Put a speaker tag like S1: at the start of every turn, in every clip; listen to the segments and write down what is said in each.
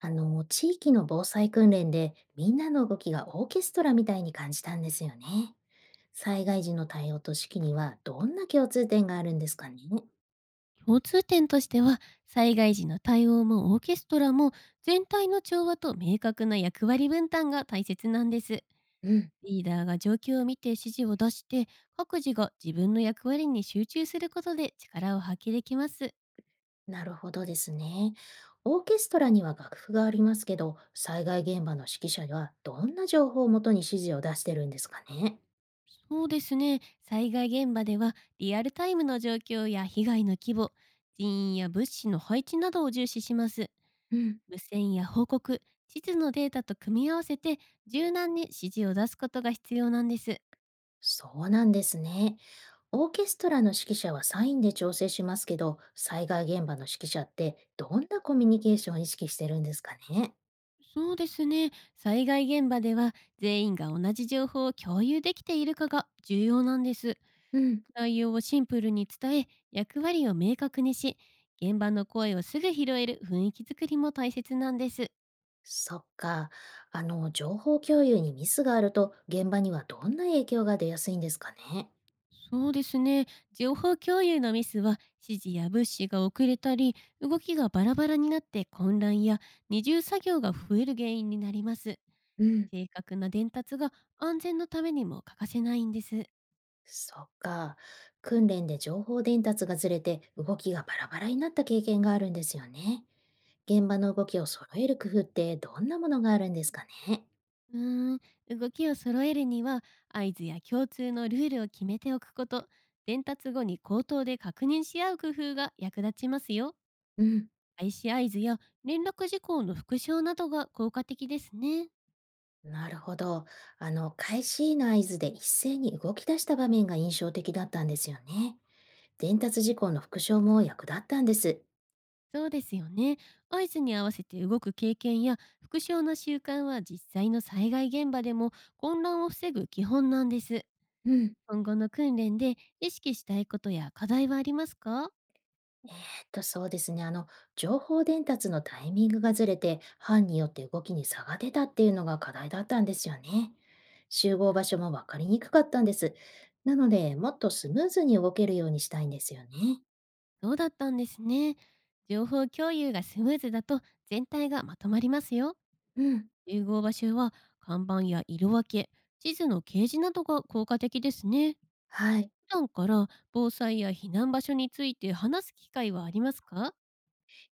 S1: 地域の防災訓練でみんなの動きがオーケストラみたいに感じたんですよね。災害時の対応と指揮にはどんな共通点があるんですかね？
S2: 共通点としては、災害時の対応もオーケストラも全体の調和と明確な役割分担が大切なんです。
S1: うん、
S2: リーダーが状況を見て指示を出して、各自が自分の役割に集中することで力を発揮できます。
S1: なるほどですね。オーケストラには楽譜がありますけど、災害現場の指揮者はどんな情報をもとに指示を出してるんですかね？
S2: そうですね、災害現場ではリアルタイムの状況や被害の規模、人員や物資の配置などを重視します。
S1: うん、
S2: 無線や報告、地図のデータと組み合わせて、柔軟に指示を出すことが必要なんです。
S1: そうなんですね。オーケストラの指揮者はサインで調整しますけど、災害現場の指揮者ってどんなコミュニケーションを意識してるんですかね？
S2: そうですね。災害現場では全員が同じ情報を共有できているかが重要なんです。
S1: うん。
S2: 内容をシンプルに伝え、役割を明確にし、現場の声をすぐ拾える雰囲気づくりも大切なんです。
S1: そっか。情報共有にミスがあると、現場にはどんな影響が出やすいんですかね？
S2: そうですね。情報共有のミスは指示や物資が遅れたり、動きがバラバラになって混乱や二重作業が増える原因になります。
S1: うん。
S2: 正確な伝達が安全のためにも欠かせないんです。
S1: そっか。訓練で情報伝達がずれて、動きがバラバラになった経験があるんですよね。現場の動きを揃える工夫ってどんなものがあるんですかね？
S2: うーん、動きを揃えるには合図や共通のルールを決めておくこと、伝達後に口頭で確認し合う工夫が役立ちますよ。
S1: うん。
S2: 開始合図や連絡事項の復唱などが効果的ですね。
S1: なるほど。開始の合図で一斉に動き出した場面が印象的だったんですよね。伝達事項の復唱も役立ったんです。
S2: そうですよね。合図に合わせて動く経験や復唱の習慣は実際の災害現場でも混乱を防ぐ基本なんです。
S1: うん。
S2: 今後の訓練で意識したいことや課題はありますか？
S1: えーっそうですね。情報伝達のタイミングがずれて、班によって動きに差が出たっていうのが課題だったんですよね。集合場所も分かりにくかったんです。なので、もっとスムーズに動けるようにしたいんですよね。
S2: そうだったんですね。情報共有がスムーズだと全体がまとまりますよ。
S1: うん。
S2: 集合場所は看板や色分け、地図の掲示などが効果的ですね。
S1: はい。
S2: 普段から防災や避難場所について話す機会はありますか？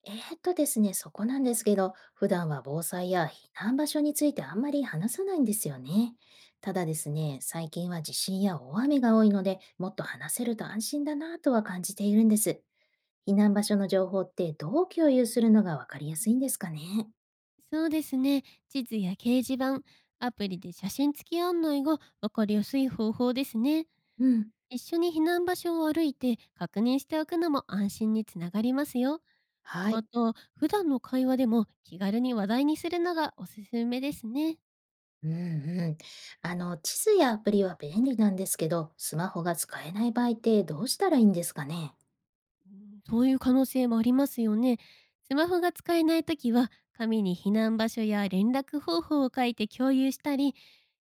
S1: ですね、そこなんですけど、普段は防災や避難場所についてあんまり話さないんですよね。ただですね、最近は地震や大雨が多いので、もっと話せると安心だなぁとは感じているんです。避難場所の情報ってどう共有するのがわかりやすいんですかね？
S2: そうですね。地図や掲示板、アプリで写真付き案内が分かりやすい方法ですね。
S1: うん。
S2: 一緒に避難場所を歩いて確認しておくのも安心につながりますよ。
S1: は
S2: ま
S1: い。
S2: た、普段の会話でも気軽に話題にするのがおすすめですね。
S1: うんうん。地図やアプリは便利なんですけど、スマホが使えない場合ってどうしたらいいんですかね？
S2: うん、そういう可能性もありますよね。スマホが使えないときは、紙に避難場所や連絡方法を書いて共有したり、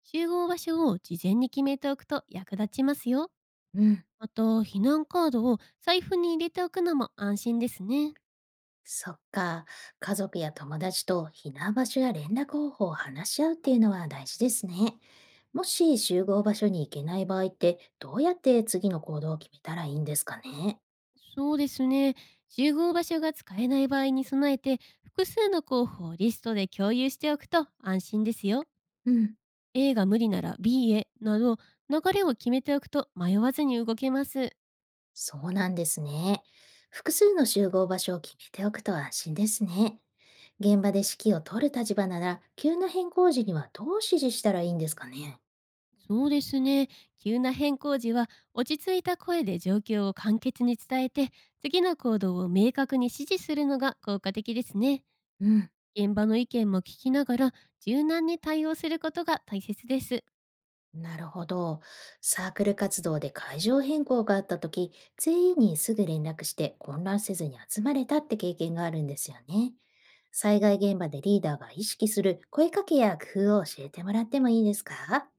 S2: 集合場所を事前に決めておくと役立ちますよ。
S1: うん。
S2: あと、避難カードを財布に入れておくのも安心ですね。
S1: そっか。家族や友達と避難場所や連絡方法を話し合うっていうのは大事ですね。もし集合場所に行けない場合って、どうやって次の行動を決めたらいいんですかね？
S2: そうですね。集合場所が使えない場合に備えて、複数の候補をリストで共有しておくと安心ですよ。
S1: うん。
S2: A が無理なら B へなど、流れを決めておくと迷わずに動けます。
S1: そうなんですね。複数の集合場所を決めておくと安心ですね。現場で指揮を取る立場なら、急な変更時にはどう指示したらいいんですかね？
S2: そうですね。急な変更時は落ち着いた声で状況を簡潔に伝えて、次の行動を明確に指示するのが効果的ですね。
S1: うん、
S2: 現場の意見も聞きながら柔軟に対応することが大切です。
S1: なるほど。サークル活動で会場変更があった時、全員にすぐ連絡して混乱せずに集まれたって経験があるんですよね。災害現場でリーダーが意識する声かけや工夫を教えてもらってもいいですか？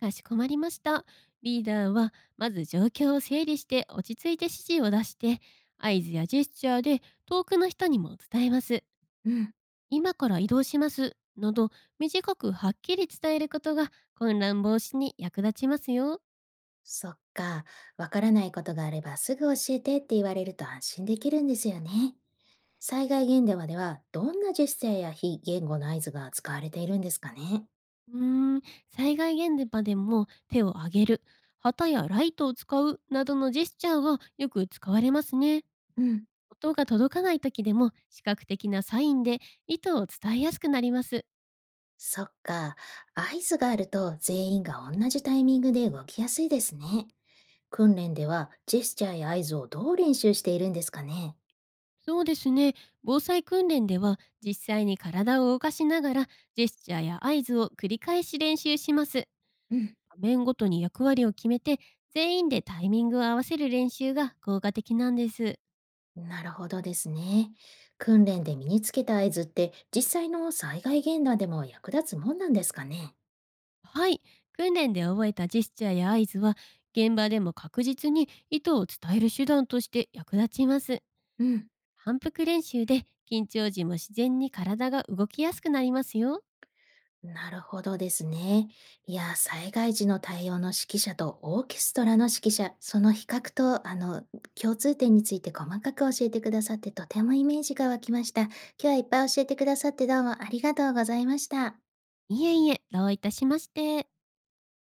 S2: かしこまりました。リーダーはまず状況を整理して落ち着いて指示を出して、合図やジェスチャーで遠くの人にも伝えます。
S1: うん。
S2: 今から移動します。など、短くはっきり伝えることが混乱防止に役立ちますよ。
S1: そっか、わからないことがあればすぐ教えてって言われると安心できるんですよね。災害現場ではどんなジェスチャーや非言語の合図が使われているんですかね？
S2: うーん、災害現場でも手を挙げる、旗やライトを使うなどのジェスチャーがよく使われますね。
S1: うん。
S2: 音が届かない時でも視覚的なサインで意図を伝えやすくなります。
S1: そっか、合図があると全員が同じタイミングで動きやすいですね。訓練ではジェスチャーや合図をどう練習しているんですかね？
S2: そうですね。防災訓練では実際に体を動かしながらジェスチャーや合図を繰り返し練習します。
S1: うん。
S2: 場面ごとに役割を決めて、全員でタイミングを合わせる練習が効果的なんです。
S1: なるほどですね。訓練で身につけた合図って実際の災害現場でも役立つもんなんですかね？
S2: はい。訓練で覚えたジェスチャーや合図は、現場でも確実に意図を伝える手段として役立ちます。
S1: うん。
S2: 反復練習で緊張時も自然に体が動きやすくなりますよ。
S1: なるほどですね。いや、災害時の対応の指揮者とオーケストラの指揮者、その比較と、共通点について細かく教えてくださって、とてもイメージが湧きました。今日はいっぱい教えてくださってどうもありがとうございました。
S2: いえいえ、どういたしまして。